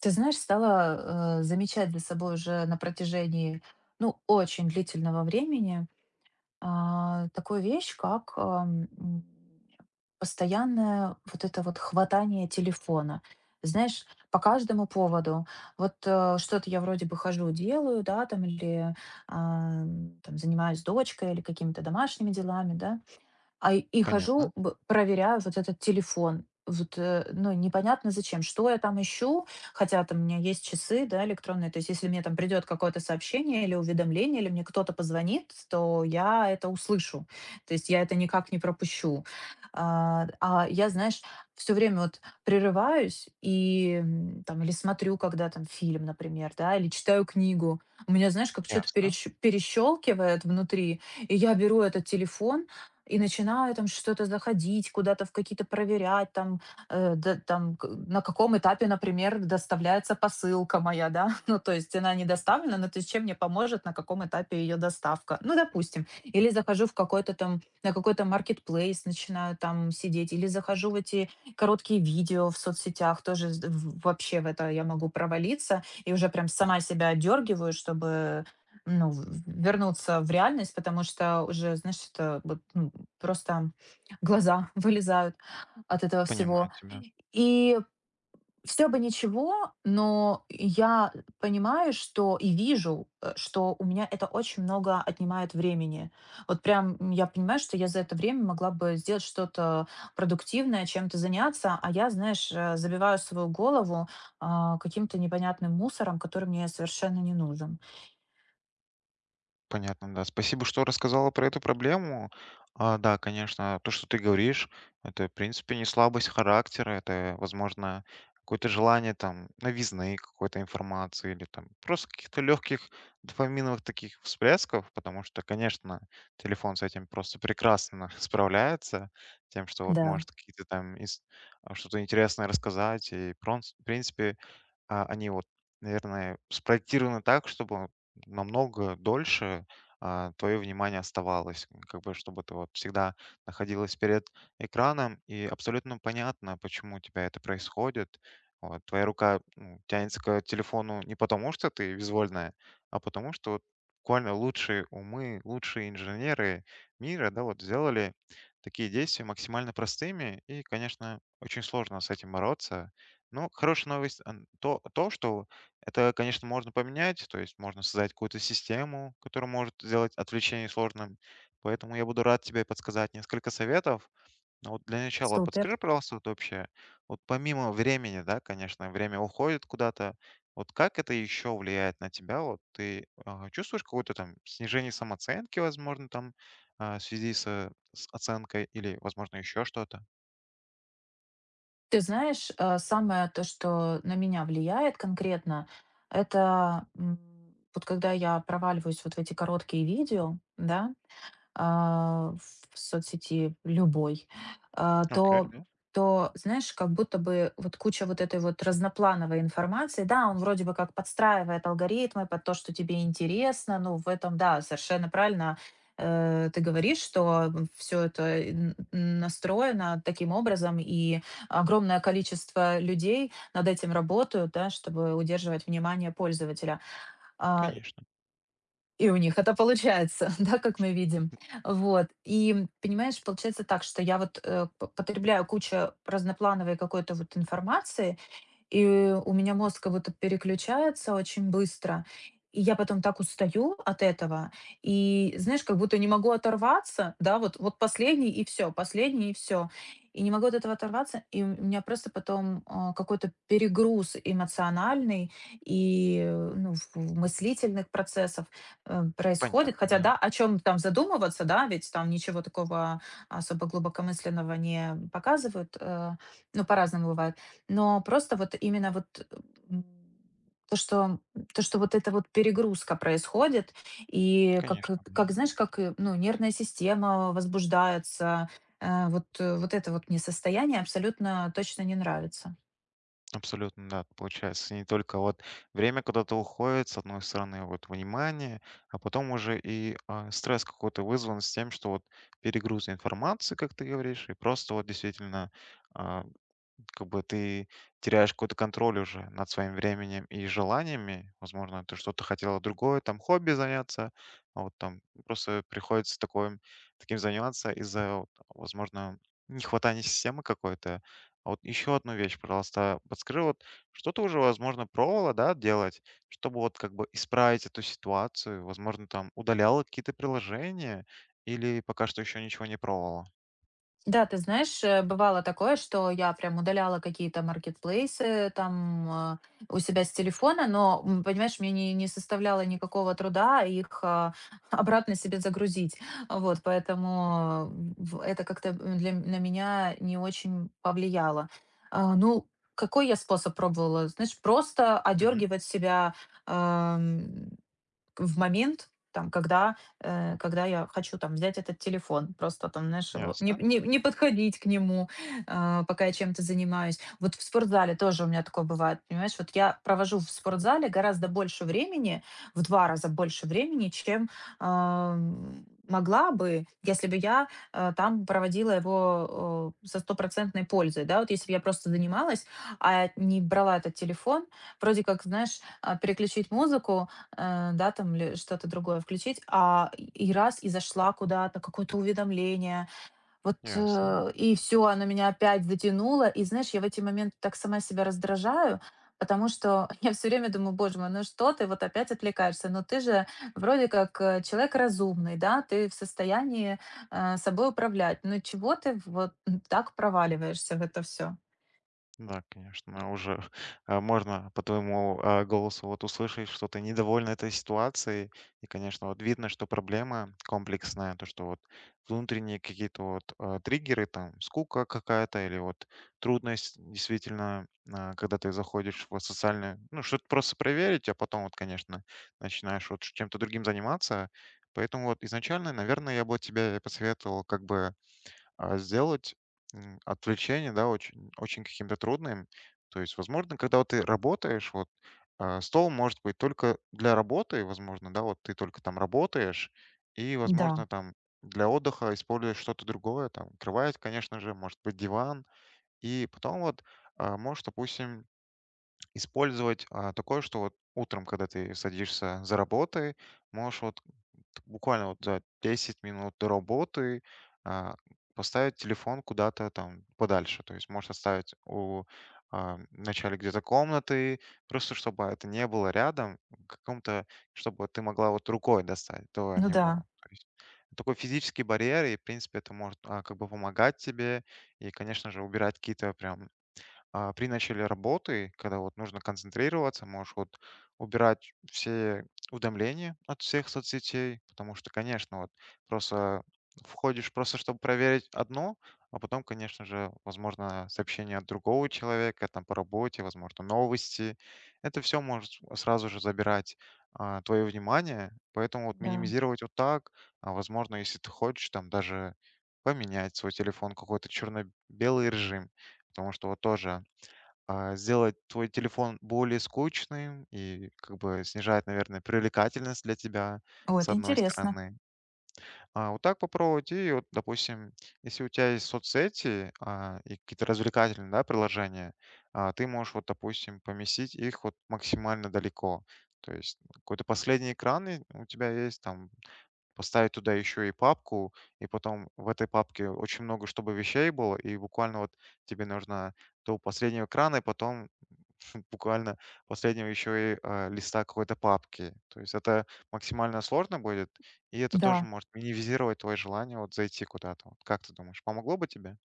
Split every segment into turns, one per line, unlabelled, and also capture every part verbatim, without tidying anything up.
Ты знаешь, стала, э, замечать за собой уже на протяжении, ну, очень длительного времени, а, такую вещь, как, ам, м, постоянное вот это вот хватание телефона. Знаешь, по каждому поводу. Вот, э, что-то я вроде бы хожу, делаю, да, там, или, ам, там, занимаюсь дочкой или какими-то домашними делами, да. А, и и
Понятно,
хожу, б проверяю вот этот телефон. Вот, э, ну, непонятно зачем. Что я там ищу? Хотя там у меня есть часы, да, электронные. То есть если мне там придет какое-то сообщение или уведомление, или мне кто-то позвонит, то я это услышу. То есть я это никак не пропущу. А, а я, знаешь, все время вот прерываюсь и, м, там, или смотрю, когда там фильм, например, да, или читаю книгу. У меня, знаешь, как что то
ясно,
перещелкивает внутри, и я беру этот телефон, и начинаю там что-то заходить, куда-то в какие-то проверять, там, э, да, там, к- на каком этапе, например, доставляется посылка моя, да, ну, то есть она не доставлена, но то есть чем мне поможет, на каком этапе ее доставка, ну, допустим, или захожу в какой-то там, на какой-то маркетплейс, начинаю там сидеть, или захожу в эти короткие видео в соцсетях, тоже з- в- вообще в это я могу провалиться, и уже прям сама себя отдергиваю, чтобы ну, в- вернуться в реальность, потому что уже, знаешь, это вот, ну, просто глаза вылезают от этого
понимаю
всего.
тебя.
И все бы ничего, но я понимаю, что и вижу, э, что у меня это очень много отнимает времени. Вот прям, м, я понимаю, что я за это время могла бы сделать что-то продуктивное, чем-то заняться, а я, знаешь, э, забиваю свою голову, а, каким-то непонятным мусором, который мне совершенно не нужен.
Понятно, да. Спасибо, что рассказала про эту проблему. А, да, конечно, то, что ты говоришь, это, в принципе, не слабость характера, это, возможно, какое-то желание там новизны какой-то информации или там просто каких-то легких дофаминовых таких всплесков, потому что, конечно, телефон с этим просто прекрасно справляется, тем, что вот
Да,
может какие-то там ис- а, что-то интересное рассказать, и, прон, в принципе, А, они вот, наверное, спроектированы так, чтобы намного дольше, а, твое внимание оставалось. М, как бы, чтобы ты вот всегда находилась перед экраном, и абсолютно понятно, почему у тебя это происходит. Вот, твоя рука, м, тянется к телефону не потому, что ты визвольная, а потому что вот буквально лучшие умы, лучшие инженеры мира, да, вот сделали такие действия максимально простыми, и, конечно, очень сложно с этим бороться. Ну, хорошая новость ан то то, что это, конечно, можно поменять, то есть можно создать какую-то систему, которая может сделать отвлечение сложным. Поэтому я буду рад тебе подсказать несколько советов. Но вот для начала
супер.
подскажи, пожалуйста, вот вообще, вот помимо времени, да, конечно, время уходит куда-то, вот как это еще влияет на тебя? Вот ты, а, чувствуешь какое-то там снижение самооценки, возможно, там, а, в связи со с оценкой или, возможно, еще что-то?
Ты знаешь, э, самое то, что на меня влияет конкретно, это м, вот когда я проваливаюсь вот в эти короткие видео, да, а, в соцсети любой, а,
Окей.
то
Ну,
то, знаешь, как будто бы вот куча вот этой вот разноплановой информации. Да, он вроде бы как подстраивает алгоритмы под то, что тебе интересно. Ну, в этом, да, совершенно правильно э, ты говоришь, что все это н- н- настроено таким образом, и огромное количество людей над этим работают, да, чтобы удерживать внимание пользователя. А,
конечно.
и у них это получается, да, как мы видим. Вот. И, понимаешь, получается так, что я вот э, п- потребляю кучу разноплановой какой-то вот информации, и у меня мозг как будто переключается очень быстро. И я потом так устаю от этого. И, знаешь, как будто не могу оторваться, да, вот, вот последний и все, последний и все. И не могу от этого оторваться, и у меня просто потом а, какой-то перегруз эмоциональный и э, ну, в- в мыслительных процессов э, происходит.
Понятно,
Хотя,
да.
да, о чем там задумываться, да, ведь там ничего такого особо глубокомысленного не показывают, э, ну, по-разному бывает. Но просто вот именно вот, м, то, что то, что вот эта вот перегрузка происходит, и как
Конечно, да.
как, знаешь, как, э, ну, нервная система возбуждается. Э, вот, э, вот это вот мне состояние абсолютно точно не нравится.
Абсолютно, да. Получается, не только вот время куда-то уходит, с одной стороны, вот внимание, а потом уже и а, стресс какой-то вызван с тем, что вот перегруз информации, как ты говоришь, и просто вот действительно, а, как бы ты теряешь какой-то контроль уже над своим временем и желаниями. Возможно, ты что-то хотела другое, там хобби заняться, а вот там просто приходится такое, таким заниматься из-за, вот, возможно, нехватания системы какой-то. А вот еще одну вещь, пожалуйста, подскажи, вот что ты уже, возможно, пробовала, да, делать, чтобы вот как бы исправить эту ситуацию, возможно, там удаляла какие-то приложения или пока что еще ничего не пробовала?
Да, ты знаешь, э, бывало такое, что я прям удаляла какие-то маркетплейсы там, э, у себя с телефона, но, м, понимаешь, мне не не составляло никакого труда их, а, обратно себе загрузить. Вот, поэтому, м, в это как-то, м, для м- на меня не очень повлияло. А, ну, какой я способ пробовала? Знаешь, просто
Мгм.
одергивать себя, ам в момент, там, когда, э, когда я хочу там взять этот телефон, просто там, знаешь, его не,
Ясно,
не, не подходить к нему, а, пока я чем-то занимаюсь. Вот в спортзале тоже у меня такое бывает, понимаешь? Вот я провожу в спортзале гораздо больше времени, в два раза больше времени, чем ам, могла бы, если бы я э, там проводила его э, со стопроцентной пользой, да, вот если бы я просто занималась, а не брала этот телефон, вроде как, знаешь, а, переключить музыку, э, да, там ли что-то другое включить, а и раз и зашла куда-то, какое-то уведомление, вот,
ясно.
э, и все, оно меня опять затянуло. И знаешь, я в эти моменты так сама себя раздражаю, потому что я все время думаю: "Боже мой, ну что ты вот опять отвлекаешься? Но ты же вроде как, э, человек разумный, да, ты в состоянии, э, собой управлять. Но чего ты вот так проваливаешься в это все?
Да, конечно, уже а, можно по твоему а, голосу вот услышать, что ты недовольна этой ситуацией. И, конечно, вот видно, что проблема комплексная, то, что вот внутренние какие-то вот а, триггеры, там, скука какая-то или вот трудность действительно, а, когда ты заходишь в социальное, ну, что-то просто проверить, а потом вот, конечно, начинаешь вот чем-то другим заниматься. Поэтому вот изначально, наверное, я бы вот тебе посоветовал как бы а, сделать, м, отвлечение, да, очень, очень каким-то трудным. То есть, возможно, когда вот ты работаешь, вот, а, стол может быть только для работы, возможно, да, вот ты только там работаешь, и,
Да,
возможно, там для отдыха используешь что-то другое, там, кровать, конечно же, может быть, диван, и потом вот а, можешь, допустим, использовать, а, такое, что вот утром, когда ты садишься за работой, можешь вот буквально вот за десять минут до работы а, поставить телефон куда-то там подальше. То есть можешь оставить у, а, в начале где-то комнаты, просто чтобы это не было рядом, в каком-то, чтобы ты могла вот рукой достать до
ну да,
него. То есть такой физический барьер, и, в принципе, это может а, как бы помогать тебе, и, конечно же, убирать какие-то прям, а, при начале работы, когда вот нужно концентрироваться, можешь вот убирать все уведомления от всех соцсетей, потому что, конечно, вот просто входишь просто, чтобы проверить одно, а потом, конечно же, возможно, сообщение от другого человека, там по работе, возможно, новости. Это все может сразу же забирать твое внимание, поэтому вот
да.
минимизировать вот так, а возможно, если ты хочешь, там даже поменять свой телефон, какой-то черно-белый режим, потому что вот тоже, а, сделать твой телефон более скучным и как бы снижает, наверное, привлекательность для тебя,
О,
с
это
одной
интересно.
стороны. А вот так попробовать. И вот, допустим, если у тебя есть соцсети а, и какие-то развлекательные, да, приложения, а, ты можешь, вот, допустим, поместить их вот максимально далеко. То есть ну, какой-то последний экран и у тебя есть, там, поставить туда еще и папку, и потом в этой папке очень много чтобы вещей было, и буквально вот тебе нужно до последнего экрана, и потом буквально последнего еще и, а, листа какой-то папки. То есть это максимально сложно будет, и это тоже
Да.
может минимизировать твое желание вот зайти куда-то. Вот как ты думаешь, помогло бы тебе?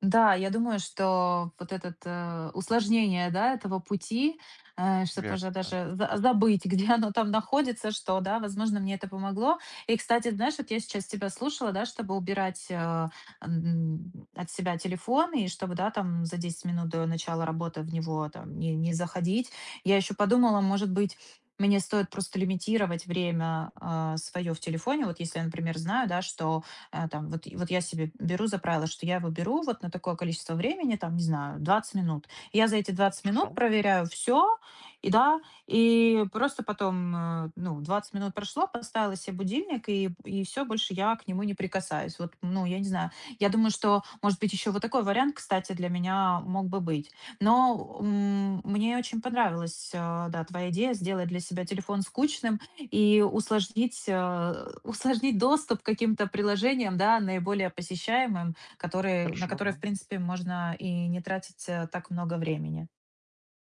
Да, я думаю, что вот этот, э, усложнение, да, этого пути, э, чтобы
Верно,
уже
да.
даже за забыть, где оно там находится, что, да, возможно, мне это помогло. И, кстати, знаешь, вот я сейчас тебя слушала, да, чтобы убирать, э, м, от себя телефон и чтобы, да, там за десять минут до начала работы в него там не не заходить. Я еще подумала, может быть, мне стоит просто лимитировать время, а, свое в телефоне. Вот если я, например, знаю, да, что а, там вот, и вот я себе беру за правило, что я его беру вот на такое количество времени, там, не знаю, двадцать минут. И я за эти двадцать
Хорошо,
минут проверяю все, и да, и просто потом, э, ну, двадцать минут прошло, поставила себе будильник, и, и все, больше я к нему не прикасаюсь. Вот, ну, я не знаю. Я думаю, что, может быть, еще вот такой вариант, кстати, для меня мог бы быть. Но м, мне очень понравилась, э, да, твоя идея сделать для себя телефон скучным, и усложнить, э, усложнить доступ к каким-то приложениям, да, наиболее посещаемым, которые, на
хорошо,
которые,
да.
в принципе, можно и не тратить э, так много времени.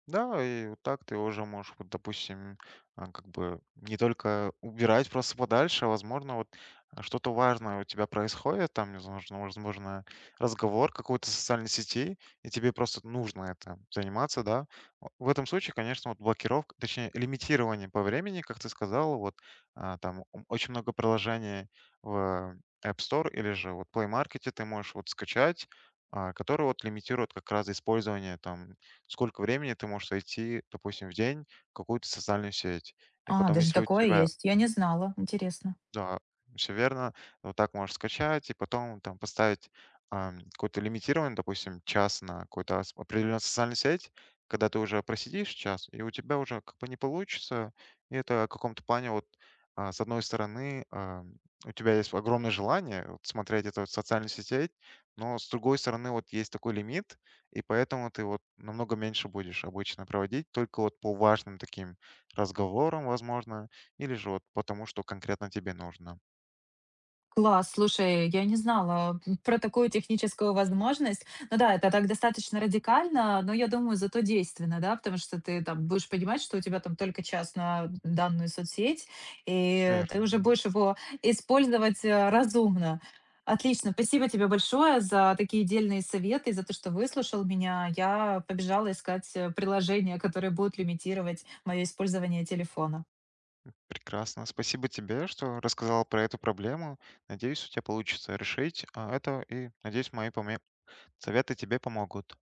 Да, и вот так ты уже можешь, вот, допустим, а, как бы не только убирать просто подальше, а возможно, вот, а, что-то важное у тебя происходит, там, не знаю, возможно, возможно, разговор какой-то в социальной сети, и тебе просто нужно это заниматься, да. В в этом случае, конечно, вот блокировка, точнее, лимитирование по времени, как ты сказал, вот, а, там м, очень много приложений в эп стор или же вот плей маркет ты можешь вот скачать, а, которые вот лимитируют как раз использование там сколько времени ты можешь зайти, допустим, в день в какую-то социальную сеть. И
А,
потом,
даже
если у
такое
тебя
есть. Я не знала. Интересно.
да, все верно. Вот так можешь скачать и потом там поставить, ам, какой-то лимитированный, допустим, час на какую-то ос определенную социальную сеть, когда ты уже просидишь час, и у тебя уже как бы не получится. И это в каком-то плане вот, а, с одной стороны, ам, у тебя есть огромное желание вот смотреть эту вот социальную сеть, но с другой стороны вот есть такой лимит, и поэтому ты вот намного меньше будешь обычно проводить, только вот по важным таким разговорам, возможно. Или же вот потому, что конкретно тебе нужно.
Класс, слушай, я не знала, м, про такую техническую возможность. Ну да, это так достаточно радикально, но я думаю, зато действенно, да, потому что ты там будешь понимать, что у тебя там только час на данную соцсеть, и ты уже
Верно.
будешь его использовать, э, разумно. Отлично, спасибо тебе большое за такие дельные советы и за то, что выслушал меня. Я побежала искать, э, приложения, которые будут лимитировать моё использование телефона.
Прекрасно. Спасибо тебе, что рассказала про эту проблему. Надеюсь, у тебя получится решить, а, это и надеюсь, мои поме- советы тебе помогут.